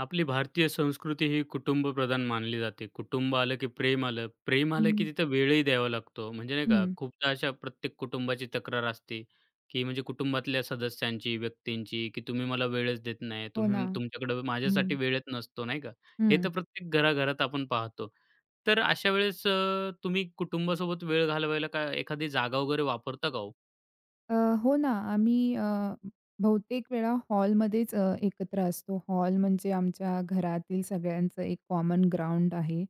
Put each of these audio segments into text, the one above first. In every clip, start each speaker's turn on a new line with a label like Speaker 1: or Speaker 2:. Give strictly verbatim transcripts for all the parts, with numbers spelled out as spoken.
Speaker 1: आपली भारतीय संस्कृती ही कुटुंबप्रधान मानली जाते. कुटुंब आलं की प्रेम आलं. प्रेम आलं की
Speaker 2: हं,
Speaker 1: तिथं वेळही द्यावा लागतो. म्हणजे नाही का,
Speaker 2: हं.
Speaker 1: खूपदा अशा प्रत्येक कुटुंबाची तक्रार असते, की म्हणजे कुटुंबातल्या सदस्यांची, व्यक्तींची, की तुम्ही मला वेळच देत नाही.
Speaker 2: हो ना.
Speaker 1: तुम्ही तुमच्याकडं
Speaker 2: हं,
Speaker 1: माझ्यासाठी वेळच नसतो, नाही का. हे
Speaker 2: हं.
Speaker 1: तर प्रत्येक घराघरात आपण पाहतो. तर अशा वेळेस अ, तुम्ही कुटुंबासोबत वेळ घालवायला काय एखादी जागा वगैरे वापरता का हो?
Speaker 2: अ, हो ना, आम्ही अ, बहुतेक वेळा हॉलमध्येच अ, एकत्र असतो. हॉल म्हणजे आमच्या घरातील सगळ्यांचं एक कॉमन ग्राउंड आहे.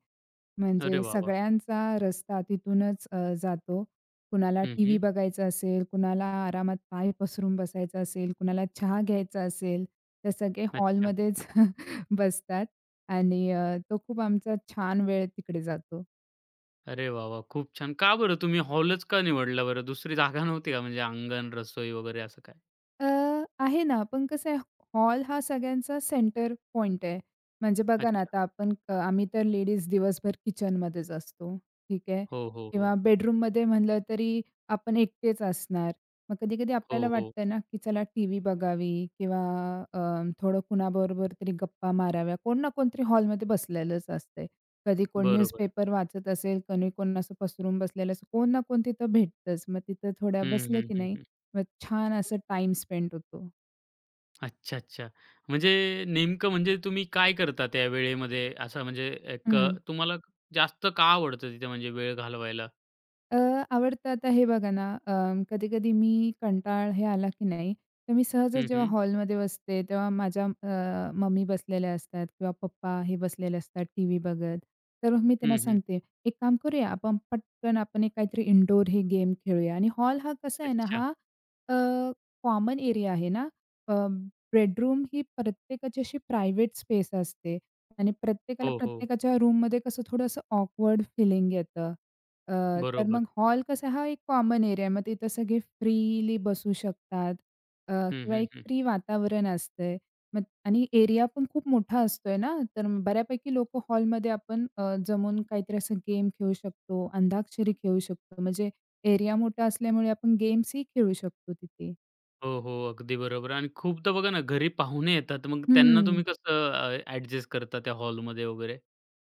Speaker 1: अरे
Speaker 2: म्हणजे
Speaker 1: वाह, वाह!
Speaker 2: सगळ्यांचा रस्ता तिथूनच अ, जातो. कुणाला
Speaker 1: हं,
Speaker 2: टीव्ही
Speaker 1: हं.
Speaker 2: बघायचा असेल, कुणाला आरामात पाय पसरून बसायचं असेल, कुणाला चहा घ्यायचा असेल, तर सगळे
Speaker 1: अच्छा.
Speaker 2: हॉलमध्येच बसतात आणि अ, तो खूप आमचा छान वेळ तिकडे जातो.
Speaker 1: अरे वाह, वाह! खूप छान. का बरं तुम्ही हॉलच का निवडला बरं? दुसरी जागा नव्हती का? म्हणजे अंगण, रसोई वगैरे असं काय?
Speaker 2: अ, आहे ना, पण कसं आहे, हॉल हा सगळ्यांचा सेंटर पॉइंट आहे. म्हणजे बघा ना,
Speaker 1: अच्छा.
Speaker 2: आता आपण अ, आम्ही तर लेडीज दिवसभर किचनमध्येच असतो, ठीक आहे?
Speaker 1: हो, हो, हो.
Speaker 2: किंवा बेडरूममध्ये म्हणलं तरी आपण एकटेच असणार. मग कधी-कधी
Speaker 1: हो,
Speaker 2: आपल्याला
Speaker 1: हो.
Speaker 2: वाटतं ना, की चला टीव्ही बघावी किंवा अ, थोडं कुणाबरोबर तरी गप्पा माराव्या. कोण ना कोणतरी हॉलमध्ये बसलेलंच असतंय. कधी कोण
Speaker 1: बरोबर.
Speaker 2: न्यूजपेपर वाचत असेल, कोणी कोण असं पसरून बसलेलं असं कोण ना कोण तिथं भेटतंच. मग तिथं थोड्या
Speaker 1: हं,
Speaker 2: बसलं
Speaker 1: हं,
Speaker 2: की
Speaker 1: हं,
Speaker 2: नाही,
Speaker 1: हं.
Speaker 2: मग छान असं टाईम स्पेंड होतो.
Speaker 1: अच्छा, अच्छा. म्हणजे नेमकं म्हणजे तुम्ही काय करता त्या वेळेमध्ये? असं म्हणजे एक अ,
Speaker 2: हं.
Speaker 1: तुम्हाला जास्त का आवडतं तिथे म्हणजे वेळ घालवायला?
Speaker 2: अ, आवडतं आता हे बघा ना, अ, कधी-कधी मी कंटाळ हे आला की नाही, तर मी सहजच
Speaker 1: हं,
Speaker 2: जेव्हा
Speaker 1: हं.
Speaker 2: हॉलमध्ये बसते, तेव्हा माझ्या अ, मम्मी बसलेल्या असतात किंवा पप्पा हे बसलेले असतात टीव्ही बघत. तर मग मी त्यांना
Speaker 1: हं, हं.
Speaker 2: सांगते, "एक काम करूया, आपण पटकन आपण एक काहीतरी इनडोअर हे गेम खेळूया." आणि हॉल हा कसा आहे ना,
Speaker 1: अच्छा.
Speaker 2: हा कॉमन एरिया आहे ना, बेडरूम ही प्रत्येकाची अशी प्रायव्हेट स्पेस असते आणि प्रत्येकाला
Speaker 1: हो, हो.
Speaker 2: प्रत्येकाच्या रूममध्ये कसं थोडंसं ऑकवर्ड फीलिंग येतं. अ, तर मग
Speaker 1: बरोबर.
Speaker 2: हॉल कसा हा एक कॉमन एरिया आहे. मग तिथं सगळे फ्रीली बसू शकतात, अ,
Speaker 1: हं,
Speaker 2: किंवा
Speaker 1: हं,
Speaker 2: एक
Speaker 1: हं.
Speaker 2: फ्री वातावरण असतंय. मग आणि एरिया पण खूप मोठा असतोय ना, तर मग बऱ्यापैकी लोकं हॉलमध्ये आपण अ, जमून काहीतरी असं गेम खेळू शकतो, अंताक्षरी खेळू शकतो. म्हणजे एरिया मोठा असल्यामुळे आपण गेम्सही खेळू शकतो तिथे.
Speaker 1: हो, हो. अगदी बरोबर आणि खूपदा बघा ना घरी पाहुणे येतात, मग त्यांना तुम्ही
Speaker 2: हं.
Speaker 1: कसं अ, करता त्या हॉलमध्ये वगैरे?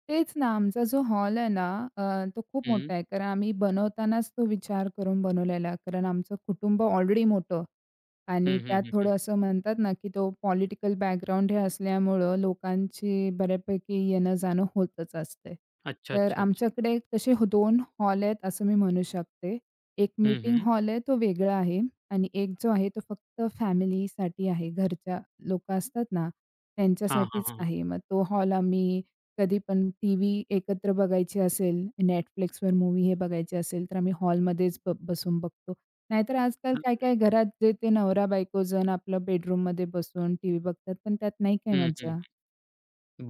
Speaker 2: तेच ना, आमचा जो हॉल आहे ना, अ, तो खूप मोठा आहे. कारण आम्ही बनवतानाच तो विचार करून बनवलेला. कारण आमचं कुटुंब ऑलरेडी मोठं आणि
Speaker 1: हं, हं,
Speaker 2: त्यात
Speaker 1: हं, हं.
Speaker 2: थोडं असं म्हणतात ना, की तो पॉलिटिकल बॅकग्राऊंड हे असल्यामुळं लोकांची बऱ्यापैकी येणं-जाणं होतच असते.
Speaker 1: अच्छा,
Speaker 2: तर
Speaker 1: अच्छा, अच्छा.
Speaker 2: आमच्याकडे तसे दोन हॉल आहेत असं मी म्हणू शकते. एक
Speaker 1: हं,
Speaker 2: मीटिंग
Speaker 1: हं.
Speaker 2: हॉल आहे तो वेगळा आहे आणि एक जो आहे तो फक्त फॅमिलीसाठी आहे. घरच्या लोकं असतात ना,
Speaker 1: हां, हां,
Speaker 2: त्यांच्यासाठीच
Speaker 1: हां,
Speaker 2: आहे. मग तो हॉल आम्ही कधी पण टीव्ही एकत्र बघायची असेल, Netflixवर मूवी हे बघायची असेल, तर आम्ही हॉलमध्येच ब बसून बघतो. नाहीतर आजकाल
Speaker 1: हां.
Speaker 2: काय-काय घरात जे ते नवरा-बायको जण आपलं बेडरूममध्ये बसून टीव्ही बघतात, पण त्यात नाही काही
Speaker 1: हं, हं,
Speaker 2: मज्जा.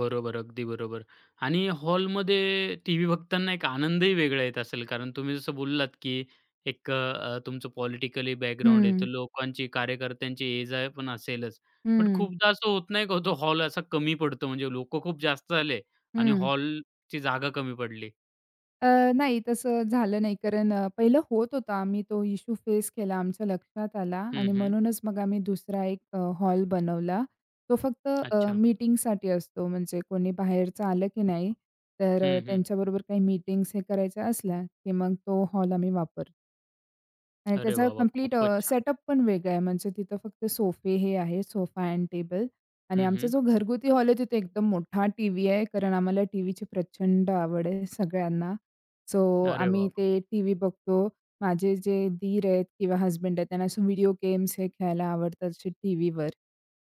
Speaker 1: बरोबर, अगदी बरोबर. आणि हॉलमध्ये टीव्ही बघताना एक आनंदही वेगळा येत असेल, कारण तुम्ही जसं बोललात, की एक अ, तुमचं पॉलिटिकली बॅकग्राऊंड आहे,
Speaker 2: हं,
Speaker 1: तर लोकांची, कार्यकर्त्यांची ये-जा पण असेलच. पण
Speaker 2: हं,
Speaker 1: खूपदा असं होत नाही का, हो, तो हॉल असा कमी पडतो, म्हणजे लोकं खूप जास्त आले आणि
Speaker 2: हं.
Speaker 1: हॉलची जागा कमी पडली?
Speaker 2: अ, नाही तसं झालं नाही. कारण अ, पहिलं होत होता. आम्ही तो इश्यू फेस केला. आमच्या लक्षात आला
Speaker 1: हं,
Speaker 2: आणि
Speaker 1: हं.
Speaker 2: म्हणूनच मग आम्ही दुसरा एक अ, हॉल बनवला. तो फक्त अ,
Speaker 1: अच्छा.
Speaker 2: मीटिंगसाठी असतो. म्हणजे कोणी बाहेरचं आलं की नाही, तर अ,
Speaker 1: हं, हं.
Speaker 2: त्यांच्याबरोबर काही मीटिंग्स हे करायच्या असल्या, की मग तो हॉल आम्ही वापरतो. आणि
Speaker 1: अरे
Speaker 2: त्याचा
Speaker 1: वाह, वाह!
Speaker 2: कंप्लीट
Speaker 1: खूपच
Speaker 2: अ,
Speaker 1: छान.
Speaker 2: सेटअप पण वेगळा आहे. म्हणजे तिथं फक्त सोफे हे आहे, सोफा एंड टेबल. आणि
Speaker 1: हं,
Speaker 2: आमचा
Speaker 1: हं.
Speaker 2: जो घरगुती हॉल आहे, तिथे एकदम मोठा टीव्ही आहे. कारण आम्हाला टीव्हीची प्रचंड आवड आहे सगळ्यांना. सो
Speaker 1: अरे वाह,
Speaker 2: आम्ही
Speaker 1: वाह!
Speaker 2: ते टीव्ही बघतो. माझे जे दीर आहेत किंवा हसबंड आहेत, त्यांना असं व्हिडिओ गेम्स हे खेळायला आवडतात असे टीव्हीवर.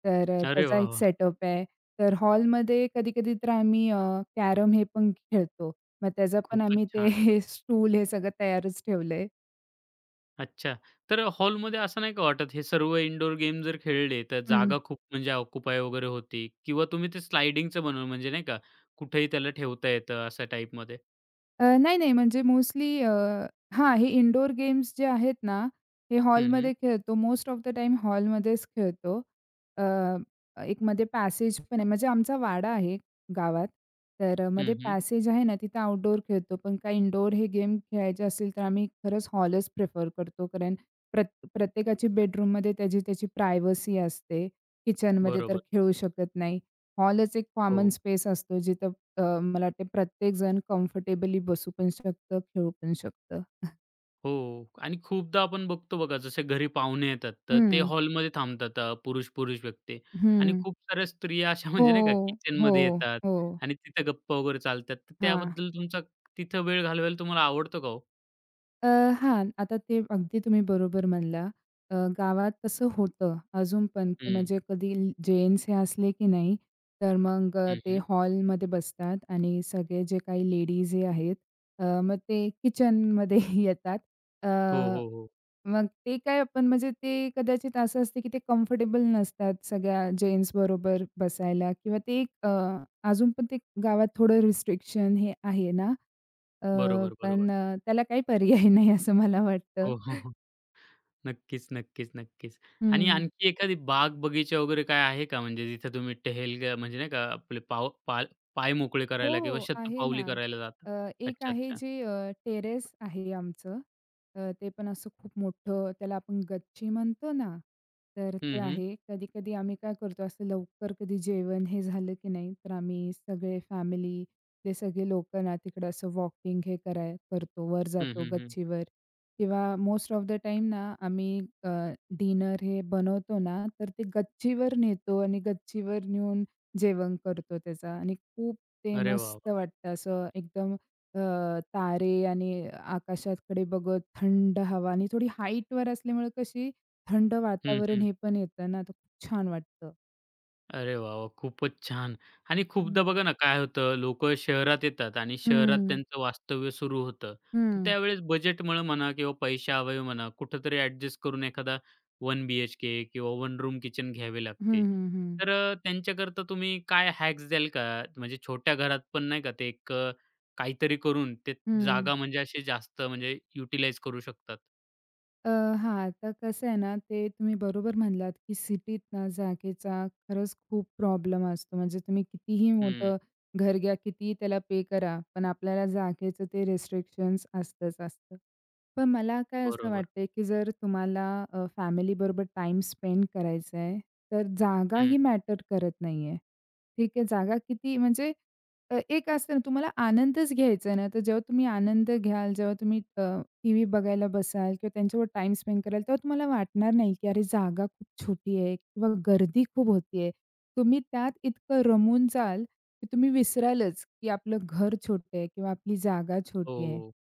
Speaker 2: तर अ,
Speaker 1: अरे
Speaker 2: त्याचा
Speaker 1: वाह,
Speaker 2: एक
Speaker 1: वाह!
Speaker 2: सेटअप आहे. तर हॉलमध्ये कधी-कधी तर आम्ही कॅरम हे पण खेळतो. मग त्याचा पण
Speaker 1: खूपच
Speaker 2: आम्ही ते
Speaker 1: छान.
Speaker 2: स्टूल हे सगळं तयारच ठेवलंय.
Speaker 1: अच्छा. तर हॉलमध्ये असं नाही का वाटत, हे सर्व इनडोअर गेम जर खेळले, तर जागा खूप म्हणजे ऑक्युपाय वगैरे होती किंवा तुम्ही ते स्लायडिंगचं बनवलं म्हणजे नाही का, कुठेही त्याला ठेवता येतं अशा टाईपमध्ये.
Speaker 2: अ, नाही, नाही. म्हणजे मोस्टली अ, हां, हे इनडोअर गेम्स जे आहेत ना, हे
Speaker 1: हं, हं.
Speaker 2: हॉलमध्ये खेळतो. मोस्ट ऑफ द टाईम हॉलमध्येच खेळतो. अ, एक मध्ये पॅसेज पण आहे. म्हणजे आमचा वाडा आहे गावात. तर अ,
Speaker 1: हं,
Speaker 2: मध्ये
Speaker 1: हं.
Speaker 2: पॅसेज आहे ना, तिथं आउटडोअर खेळतो. पण काही इनडोअर हे गेम खेळायचे असेल, तर आम्ही खरंच हॉलच प्रिफर करतो. कारण प्रत प्रत्येकाची बेडरूममध्ये त्याची त्याची प्रायव्हसी असते. किचनमध्ये तर
Speaker 1: बरोबर.
Speaker 2: खेळू शकत नाही. हॉलच एक
Speaker 1: हो.
Speaker 2: कॉमन स्पेस असतो जिथं अ, मला वाटते प्रत्येकजण कम्फर्टेबली बसू पण शकतं, खेळू पण शकतं.
Speaker 1: हो. आणि खूपदा आपण बघतो बघा, जसे घरी पाहुणे येतात, तर ते
Speaker 2: हं,
Speaker 1: हॉलमध्ये थांबतात अ, पुरुष-पुरुष व्यक्ती आणि
Speaker 2: हं.
Speaker 1: खूप साऱ्या स्त्रिया अशा
Speaker 2: हो,
Speaker 1: म्हणजे नाही का,
Speaker 2: हो,
Speaker 1: किचनमध्ये येतात
Speaker 2: हो.
Speaker 1: आणि तिथं गप्पा वगैरे चालतात. तर
Speaker 2: हां.
Speaker 1: त्याबद्दल तुमचा तिथं वेळ घालवायला तुम्हाला आवडतो का हो?
Speaker 2: अ, हां, आता ते अगदी तुम्ही बरोबर म्हणला. अ, गावात कसं होतं अजून पण, की
Speaker 1: हं.
Speaker 2: म्हणजे कधी जेंट्स हे असले की नाही, तर मग अ,
Speaker 1: हं,
Speaker 2: ते
Speaker 1: हं.
Speaker 2: हॉलमध्ये बसतात आणि सगळे जे काही लेडीज हे आहेत, अ, मग ते किचनमध्ये येतात. अ
Speaker 1: हो, हो, हो.
Speaker 2: मग ते काय आपण म्हणजे ते कदाचित असं असते, की ते कम्फर्टेबल नसतात सगळ्या जेन्ट्सबरोबर बसायला किंवा ते एक अ, अजून पण ते गावात थोडं रिस्ट्रिक्शन हे आहे ना, अ,
Speaker 1: बरोबर,
Speaker 2: पण
Speaker 1: बरोबर.
Speaker 2: अ, त्याला काही पर्याय नाही असं मला वाटतं.
Speaker 1: हो, हो, हो. नक्कीच, नक्कीच, नक्कीच. आणि
Speaker 2: हं.
Speaker 1: आणखी एखादी बाग-बगीचा वगैरे काय आहे का म्हणजे जिथे तुम्ही टहलग्या म्हणजे नाही का आपले पाव पाल पाय मोकळे
Speaker 2: हो,
Speaker 1: करायला किंवा
Speaker 2: हो. आहे ना.
Speaker 1: शतपावली करायला जाता?
Speaker 2: अ, एक
Speaker 1: अच्छा,
Speaker 2: आहे
Speaker 1: अच्छा.
Speaker 2: जे अ, टेरेस आहे आमचं. अ, ते पण असं खूप मोठं त्याला आपण गच्ची म्हणतो ना, तर ते
Speaker 1: हं, हं.
Speaker 2: आहे. कधी-कधी आम्ही काय करतो असं लवकर कधी जेवण हे झालं की नाही, तर आम्ही सगळे फॅमिली ते सगळे लोकं ना तिकडं असं वॉकिंग हे कराय करतो. वर
Speaker 1: हं,
Speaker 2: जातो
Speaker 1: हं, हं.
Speaker 2: गच्चीवर किंवा मोस्ट ऑफ द टाईम ना आम्ही अ, डिनर हे बनवतो ना, तर ते गच्चीवर नेतो आणि गच्चीवर नेऊन जेवण करतो त्याचा आणि खूप ते
Speaker 1: अरे वाह,
Speaker 2: मस्त
Speaker 1: वाह!
Speaker 2: वाटतं असं एकदम. अ, तारे आणि आकाशाकडे बघत थंड हवा आणि थोडी हाईटवर असल्यामुळे कशी थंड
Speaker 1: हं,
Speaker 2: वातावरण
Speaker 1: हं.
Speaker 2: हे पण येतं ना, तर खूप छान वाटतं.
Speaker 1: अरे वाह! वाह! खूपच छान. आणि खूपदा
Speaker 2: हं.
Speaker 1: बघा ना काय होतं, लोकं शहरात येतात आणि शहरात
Speaker 2: हं,
Speaker 1: त्यांचं वास्तव्य सुरू होतं. तर
Speaker 2: हं.
Speaker 1: त्यावेळेस बजेटमुळं म्हणा किंवा पैशाअभावी म्हणा, कुठेतरी ॲडजस्ट करून एखादा एक बीएचके किंवा वन रूम किचन घ्यावे
Speaker 2: हं,
Speaker 1: लागते.
Speaker 2: हं, हं.
Speaker 1: तर अ, त्यांच्याकरता तुम्ही काय हॅक्स द्याल का? म्हणजे छोट्या घरात पण नाही का ते एक अ, काहीतरी करून ते जागा म्हणजे अशी जास्त म्हणजे युटिलाइज करू शकतात.
Speaker 2: अ, हां, आता कसं आहे ना, ते तुम्ही बरोबर म्हणलात, की सिटीत ना जागेचा खरंच खूप प्रॉब्लेम असतो. म्हणजे तुम्ही कितीही
Speaker 1: हं,
Speaker 2: मोठं घर घ्या, कितीही त्याला पे करा, पण आपल्याला जागेचं ते रिस्ट्रिक्शन्स असतंच असतं. पण मला काय असं
Speaker 1: बरोबर.
Speaker 2: वाटतंय, की जर तुम्हाला अ, फॅमिलीबरोबर टाइम स्पेंड करायचा आहे, तर जागा
Speaker 1: हं.
Speaker 2: ही मॅटर करत नाहीये. ठीक आहे, जागा किती म्हणजे अ, एक असतं ना, तुम्हाला आनंदच घ्यायचा आहे ना, तर जेव्हा तुम्ही आनंद घ्याल, जेव्हा तुम्ही अ, टीव्ही बघायला बसाल किंवा त्यांच्यावर टाईम स्पेंड कराल, तेव्हा तुम्हाला वाटणार नाही, की अरे जागा खूप छोटी आहे किंवा गर्दी खूप होतीये. तुम्ही त्यात इतकं रमून जाल, की तुम्ही विसरालच, की आपलं घर छोटं आहे किंवा आपली जागा छोटी आहे.
Speaker 1: हो.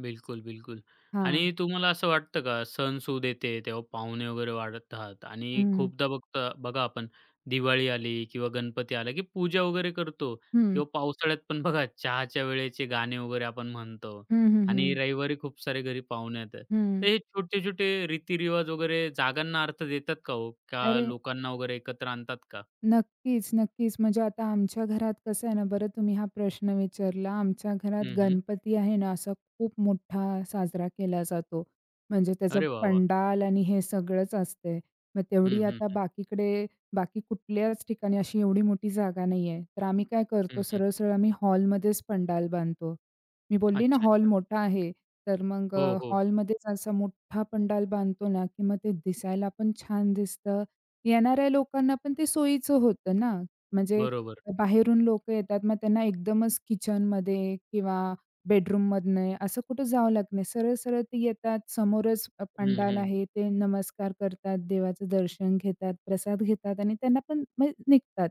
Speaker 1: बिलकुल, बिलकुल.
Speaker 2: हां.
Speaker 1: आणि तुम्हाला असं वाटतं का सणसूद येते तेव्हा पाहुणे वगैरे वाढतात आणि
Speaker 2: हं.
Speaker 1: खूपदा बघता बघा आपण दिवाळी आली किंवा गणपती आला, की पूजा वगैरे करतो
Speaker 2: हं.
Speaker 1: किंवा पावसाळ्यात पण बघा चहाच्या वेळेचे गाणे वगैरे आपण म्हणतो
Speaker 2: हं, हं,
Speaker 1: आणि
Speaker 2: हं.
Speaker 1: रविवारी खूप सारे घरी पाहुणे येतात. तर
Speaker 2: हं.
Speaker 1: हे छोटे-छोटे रीतिरिवाज वगैरे जागांना अर्थ देतात का हो? का
Speaker 2: अरे
Speaker 1: लोकांना वगैरे एकत्र आणतात का?
Speaker 2: नक्कीच, नक्कीच. म्हणजे आता आमच्या घरात कसं आहे ना, बरं तुम्ही हा प्रश्न विचारला. आमच्या घरात
Speaker 1: हं, हं.
Speaker 2: गणपती आहे ना, असा खूप मोठा साजरा केला जातो. म्हणजे त्याचं
Speaker 1: अरे वाह, वाह!
Speaker 2: पंडाल आणि हे सगळंच असते. मग
Speaker 1: हं,
Speaker 2: तेवढी
Speaker 1: हं,
Speaker 2: आता
Speaker 1: हं.
Speaker 2: बाकीकडे बाकी कुठल्याच ठिकाणी अशी एवढी मोठी जागा नाही आहे. तर आम्ही काय करतो,
Speaker 1: हं, हं.
Speaker 2: सरळ-सरळ आम्ही हॉलमध्येच पंडाल बांधतो. मी बोलली ना,
Speaker 1: अच्छा,
Speaker 2: हॉल
Speaker 1: अच्छा.
Speaker 2: मोठा आहे. तर मग
Speaker 1: हो, हो.
Speaker 2: हॉलमध्येच असा मोठा पंडाल बांधतो ना, की मग ते दिसायला पण छान दिसतं, येणाऱ्या लोकांना पण ते सोयीचं होतं ना. म्हणजे
Speaker 1: बरोबर.
Speaker 2: बाहेरून लोकं येतात, मग त्यांना एकदमच किचनमध्ये किंवा बेडरूममधनं असं कुठं जावं लागत नाही. सरळ-सरळ ते येतात, समोरच
Speaker 1: हं,
Speaker 2: पंडाल
Speaker 1: हं.
Speaker 2: आहे, ते नमस्कार करतात, देवाचं दर्शन घेतात, प्रसाद घेतात आणि त्यांना पण म्हणजे निघतात.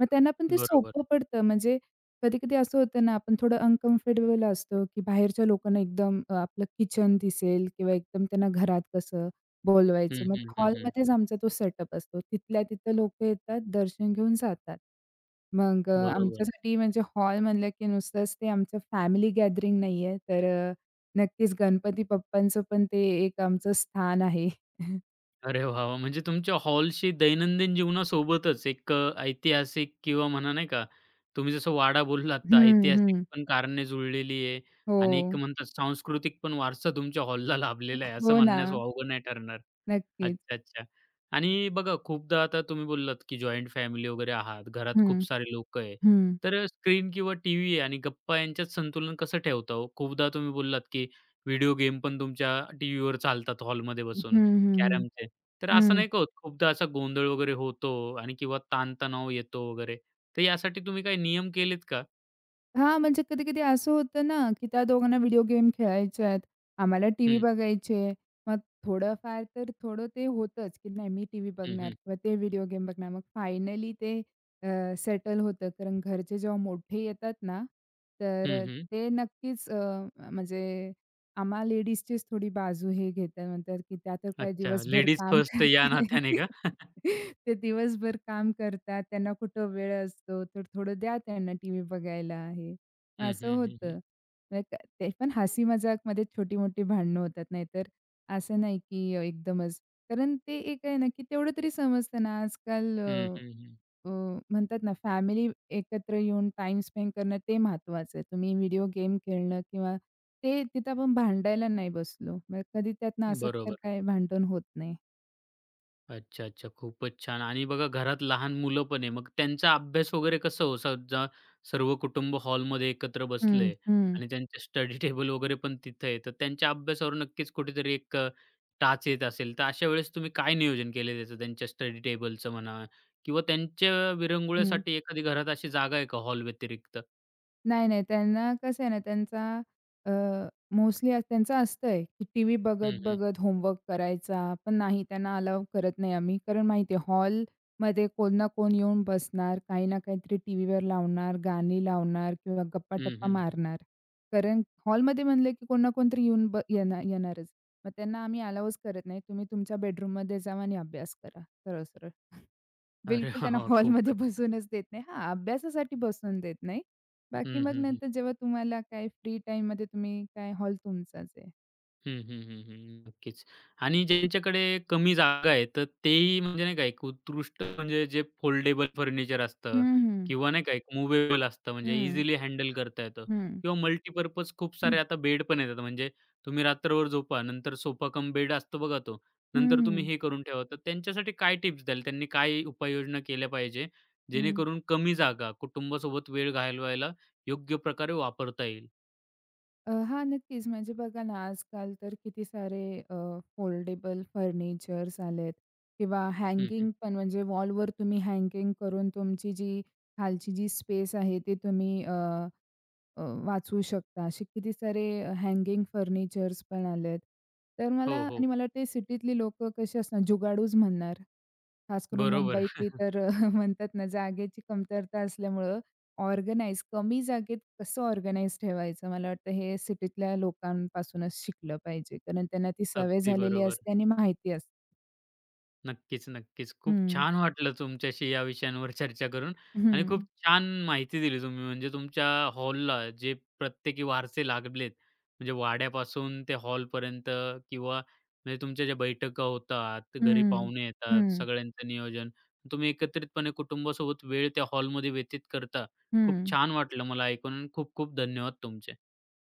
Speaker 2: मग त्यांना पण ते
Speaker 1: बरोबर.
Speaker 2: सोपं पडतं. म्हणजे कधी-कधी असं होतं ना, आपण थोडं अनकम्फर्टेबल असतो, की बाहेरच्या लोकांना एकदम अ, आपलं किचन दिसेल किंवा एकदम त्यांना घरात कसं बोलवायचं.
Speaker 1: हं,
Speaker 2: मग
Speaker 1: हं, हं, हं.
Speaker 2: हॉलमध्येच आमचा तो सेटअप असतो. तिथल्या तिथं लोकं येतात, दर्शन घेऊन जातात. मग अ,
Speaker 1: बरोबर.
Speaker 2: आमच्यासाठी म्हणजे हॉल म्हणलं की नुसतंच ते आमचं फॅमिली गॅदरिंग नाहीये, तर अ, नक्कीच गणपती बाप्पांचं पण ते एक आमचं स्थान आहे.
Speaker 1: अरे वाह! वाह! म्हणजे तुमच्या हॉलशी दैनंदिन जीवनासोबतच एक अ, ऐतिहासिक किंवा म्हणा नाही का, तुम्ही जसं वाडा बोललात तर
Speaker 2: हं,
Speaker 1: ऐतिहासिक
Speaker 2: हं.
Speaker 1: पण कारणे जुळलेली आहे
Speaker 2: हो.
Speaker 1: आणि एक म्हणतात सांस्कृतिक पण वारसा तुमच्या हॉलला लाभलेला आहे असं
Speaker 2: हो
Speaker 1: म्हणण्यास
Speaker 2: ना.
Speaker 1: वावगं नाही ठरणार.
Speaker 2: नक्कीच.
Speaker 1: अच्छा, अच्छा. आणि बघा खूपदा आता तुम्ही बोललात, की जॉइंट फॅमिली वगैरे आहात, घरात
Speaker 2: हं,
Speaker 1: खूप सारे लोकं आहे.
Speaker 2: हं.
Speaker 1: तर स्क्रीन किंवा टीव्ही आणि गप्पा यांच्यात संतुलन कसं ठेवता हो? खूपदा तुम्ही बोललात, की व्हिडिओ गेम पण तुमच्या टीव्हीवर चालतात हॉलमध्ये
Speaker 2: हं,
Speaker 1: बसून.
Speaker 2: हं, हं.
Speaker 1: कॅरमचे. तर असं नाही का होत, खूपदा असा गोंधळ वगैरे होतो आणि किंवा ताणतणाव येतो वगैरे. तर यासाठी तुम्ही काही नियम केलेत का?
Speaker 2: हां, म्हणजे कधी-कधी असं होतं ना, की त्या दोघांना व्हिडिओ गेम खेळायचे आहेत. आम्हाला टीव्ही
Speaker 1: हं,
Speaker 2: बघायची आहे. मग थोडंफार तर थोडं ते होतंच, की नाही मी टीव्ही
Speaker 1: हं,
Speaker 2: बघणार
Speaker 1: हं.
Speaker 2: किंवा ते व्हिडिओ गेम बघणार. मग फायनली ते अ, सेटल होतं. कारण घरचे जेव्हा मोठे येतात ना, तर
Speaker 1: हं,
Speaker 2: अ,
Speaker 1: हं.
Speaker 2: ते नक्कीच अ, म्हणजे आम्हा लेडीजचीच थोडी बाजू हे घेतात. म्हणतात, की त्या तर काय
Speaker 1: अच्छा,
Speaker 2: दिवसभर
Speaker 1: लेडीज
Speaker 2: काम
Speaker 1: फर्स्ट या
Speaker 2: करताय.
Speaker 1: नात्याने का?
Speaker 2: ते दिवसभर काम करतात, त्यांना कुठं वेळ असतो, तर थोडं द्या त्यांना टीव्ही बघायला आहे. मग
Speaker 1: हं,
Speaker 2: असं
Speaker 1: हं, हं, हं.
Speaker 2: होतं. मग त ते पण हसी मजाकमध्ये छोटी-मोठी भांडणं होतात, नाहीतर असं नाही की एकदमच. कारण ते एक आहे ना, की तेवढं तरी समजतं ना, आजकाल
Speaker 1: हं,
Speaker 2: अ,
Speaker 1: हं, हं.
Speaker 2: अ, म्हणतात ना, फॅमिली एकत्र येऊन टाईम स्पेंड करणं ते महत्त्वाचं आहे. तुम्ही व्हिडिओ गेम खेळणं किंवा ते तिथं आपण भांडायला नाही बसलो. मग कधी त्यातनं असं तर
Speaker 1: बरोबर.
Speaker 2: काही भांडण होत नाही.
Speaker 1: अच्छा, अच्छा. खूपच छान आणि बघा घरात लहान मुलं पण आहे. मग त्यांचा अभ्यास वगैरे कसं हो? समजा सर्व कुटुंब हॉलमध्ये एकत्र
Speaker 2: हं,
Speaker 1: बसलंय
Speaker 2: हं,
Speaker 1: आणि त्यांचे स्टडी टेबल वगैरे पण तिथं आहे. तर त्यांच्या अभ्यासावर नक्कीच कुठेतरी एक अ, टाच येत असेल. तर अशा वेळेस तुम्ही काय नियोजन केलं त्याचं त्यांच्या स्टडी टेबलचं म्हणा किंवा त्यांच्या
Speaker 2: हं.
Speaker 1: विरंगुळ्यासाठी एखादी घरात अशी जागा आहे का हॉल व्यतिरिक्त?
Speaker 2: नाही, नाही. त्यांना कसं आहे ना, त्यांचा अ, मोस्टली त्यांचं असतंय, की टीव्ही
Speaker 1: हं, हं.
Speaker 2: बघत-बघत होमवर्क करायचा. पण नाही, त्यांना अलाऊ करत नाही आम्ही. कारण माहिती आहे हॉलमध्ये कोण ना कोण येऊन बसणार, काही ना काहीतरी टीव्हीवर लावणार, गाणी लावणार किंवा
Speaker 1: हं,
Speaker 2: गप्पा-टप्पा
Speaker 1: हं, हं.
Speaker 2: मारणार. कारण हॉलमध्ये म्हणलं, की कोण ना कोणतरी येऊन ब येणार येणारच. मग त्यांना आम्ही अलाऊच करत नाही. तुम्ही तुमच्या बेडरूममध्ये जावा आणि अभ्यास करा, सरळ-सरळ.
Speaker 1: अरे
Speaker 2: बिलकुल
Speaker 1: वाह!
Speaker 2: त्यांना
Speaker 1: वाह!
Speaker 2: हॉलमध्ये
Speaker 1: खूपच.
Speaker 2: बसूनच देत नाही. हां, अभ्यासासाठी बसून देत नाही. बाकी
Speaker 1: हं,
Speaker 2: मग
Speaker 1: हं, हं.
Speaker 2: नंतर जेव्हा तुम्हाला काय फ्री टाईममध्ये तुम्ही काय हॉल तुमचाच आहे.
Speaker 1: हं, हं, हं, हं. नक्कीच. आणि ज्यांच्याकडे कमी जागा आहे, तर तेही म्हणजे नाही का एक उत्कृष्ट म्हणजे जे फोल्डेबल फर्निचर असतं
Speaker 2: हं, हं.
Speaker 1: किंवा नाही का एक मूव्हेबल असतं म्हणजे
Speaker 2: हं,
Speaker 1: इझिली हँडल करता येतं
Speaker 2: हं.
Speaker 1: किंवा मल्टीपर्पज खूप सारे आता बेड पण येतात. म्हणजे तुम्ही रात्रभर झोपा, नंतर सोफा कम बेड असतो बघा तो.
Speaker 2: हं,
Speaker 1: नंतर तुम्ही
Speaker 2: हं.
Speaker 1: हे करून ठेवा. तर त्यांच्यासाठी काय टिप्स द्याल? त्यांनी काय उपाययोजना केल्या पाहिजे,
Speaker 2: हं.
Speaker 1: जेणेकरून कमी जागा कुटुंबासोबत वेळ घालवायला योग्य प्रकारे वापरता येईल?
Speaker 2: अ, हां, नक्कीच. म्हणजे बघा ना, आजकाल तर किती सारे फोल्डेबल फर्निचर्स आलेत किंवा
Speaker 1: हं, हं.
Speaker 2: हँगिंग पण म्हणजे वॉलवर तुम्ही हँगिंग करून तुमची जी खालची जी स्पेस आहे, ती तुम्ही अ, वाचवू शकता. असे किती सारे हँगिंग फर्निचर्स पण आलेत. तर मला
Speaker 1: हो,
Speaker 2: आणि
Speaker 1: हो.
Speaker 2: मला वाटते सिटीतली लोकं कशी असणार जुगाडूच म्हणणार. खास करून
Speaker 1: बरोबर.
Speaker 2: मुंबईतली तर अ, म्हणतात ना जागेची कमतरता असल्यामुळं ऑर्गनाइज कमी जागेत कसं ऑर्गनाइज ठेवायचं मला वाटतं हे सिटीतल्या लोकांपासूनच शिकलं पाहिजे. कारण त्यांना ती सवय
Speaker 1: अगदी
Speaker 2: झालेली
Speaker 1: बरोबर.
Speaker 2: असते आणि माहिती असते.
Speaker 1: नक्कीच, नक्कीच. खूप
Speaker 2: हं,
Speaker 1: छान वाटलं तुमच्याशी या विषयांवर चर्चा करून आणि खूप
Speaker 2: हं,
Speaker 1: छान माहिती दिली तुम्ही. म्हणजे तुमच्या हॉलला जे प्रत्येकी वारसे लागलेत, म्हणजे वाड्यापासून ते हॉलपर्यंत किंवा म्हणजे तुमच्या ज्या बैठका होतात, घरी
Speaker 2: हं,
Speaker 1: पाहुणे येतात,
Speaker 2: हं,
Speaker 1: सगळ्यांचं नियोजन, तुम्ही एकत्रितपणे कुटुंबासोबत वेळ त्या हॉलमध्ये व्यतीत करता. खूप
Speaker 2: हं.
Speaker 1: छान वाटलं मला ऐकून. खूप खूप धन्यवाद तुमचे.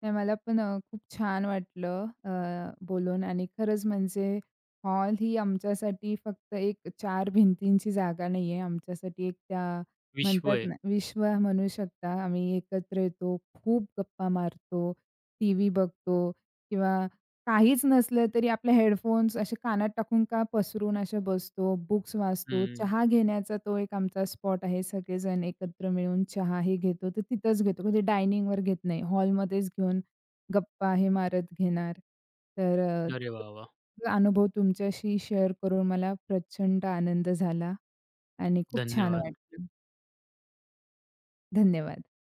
Speaker 2: नाही मला पण अ, खूप छान वाटलं अ, बोलून आणि खरंच म्हणजे हॉल ही आमच्यासाठी फक्त एक चार भिंतींची जागा नाही आहे. आमच्यासाठी एक त्या म्हणतात
Speaker 1: विश्वय.
Speaker 2: ना, विश्व म्हणू शकता. आम्ही एकत्र येतो, खूप गप्पा मारतो, टीव्ही बघतो किंवा काहीच नसलं तरी आपले हेडफोन्स असे कानात टाकून का पसरून असे बसतो, बुक्स वाचतो.
Speaker 1: हं.
Speaker 2: चहा घेण्याचा तो एक आमचा स्पॉट आहे. सगळेजण एकत्र मिळून चहा हे घेतो, तर तिथंच घेतो. म्हणजे डायनिंगवर घेत नाही. हॉलमध्येच घेऊन गप्पा हे मारत घेणार. तर अ,
Speaker 1: अरे वाह, वाह!
Speaker 2: तो अनुभव तुमच्याशी शेअर करून मला प्रचंड आनंद झाला आणि खूप छान
Speaker 1: धन्यवाद.
Speaker 2: वाटलं. धन्यवाद.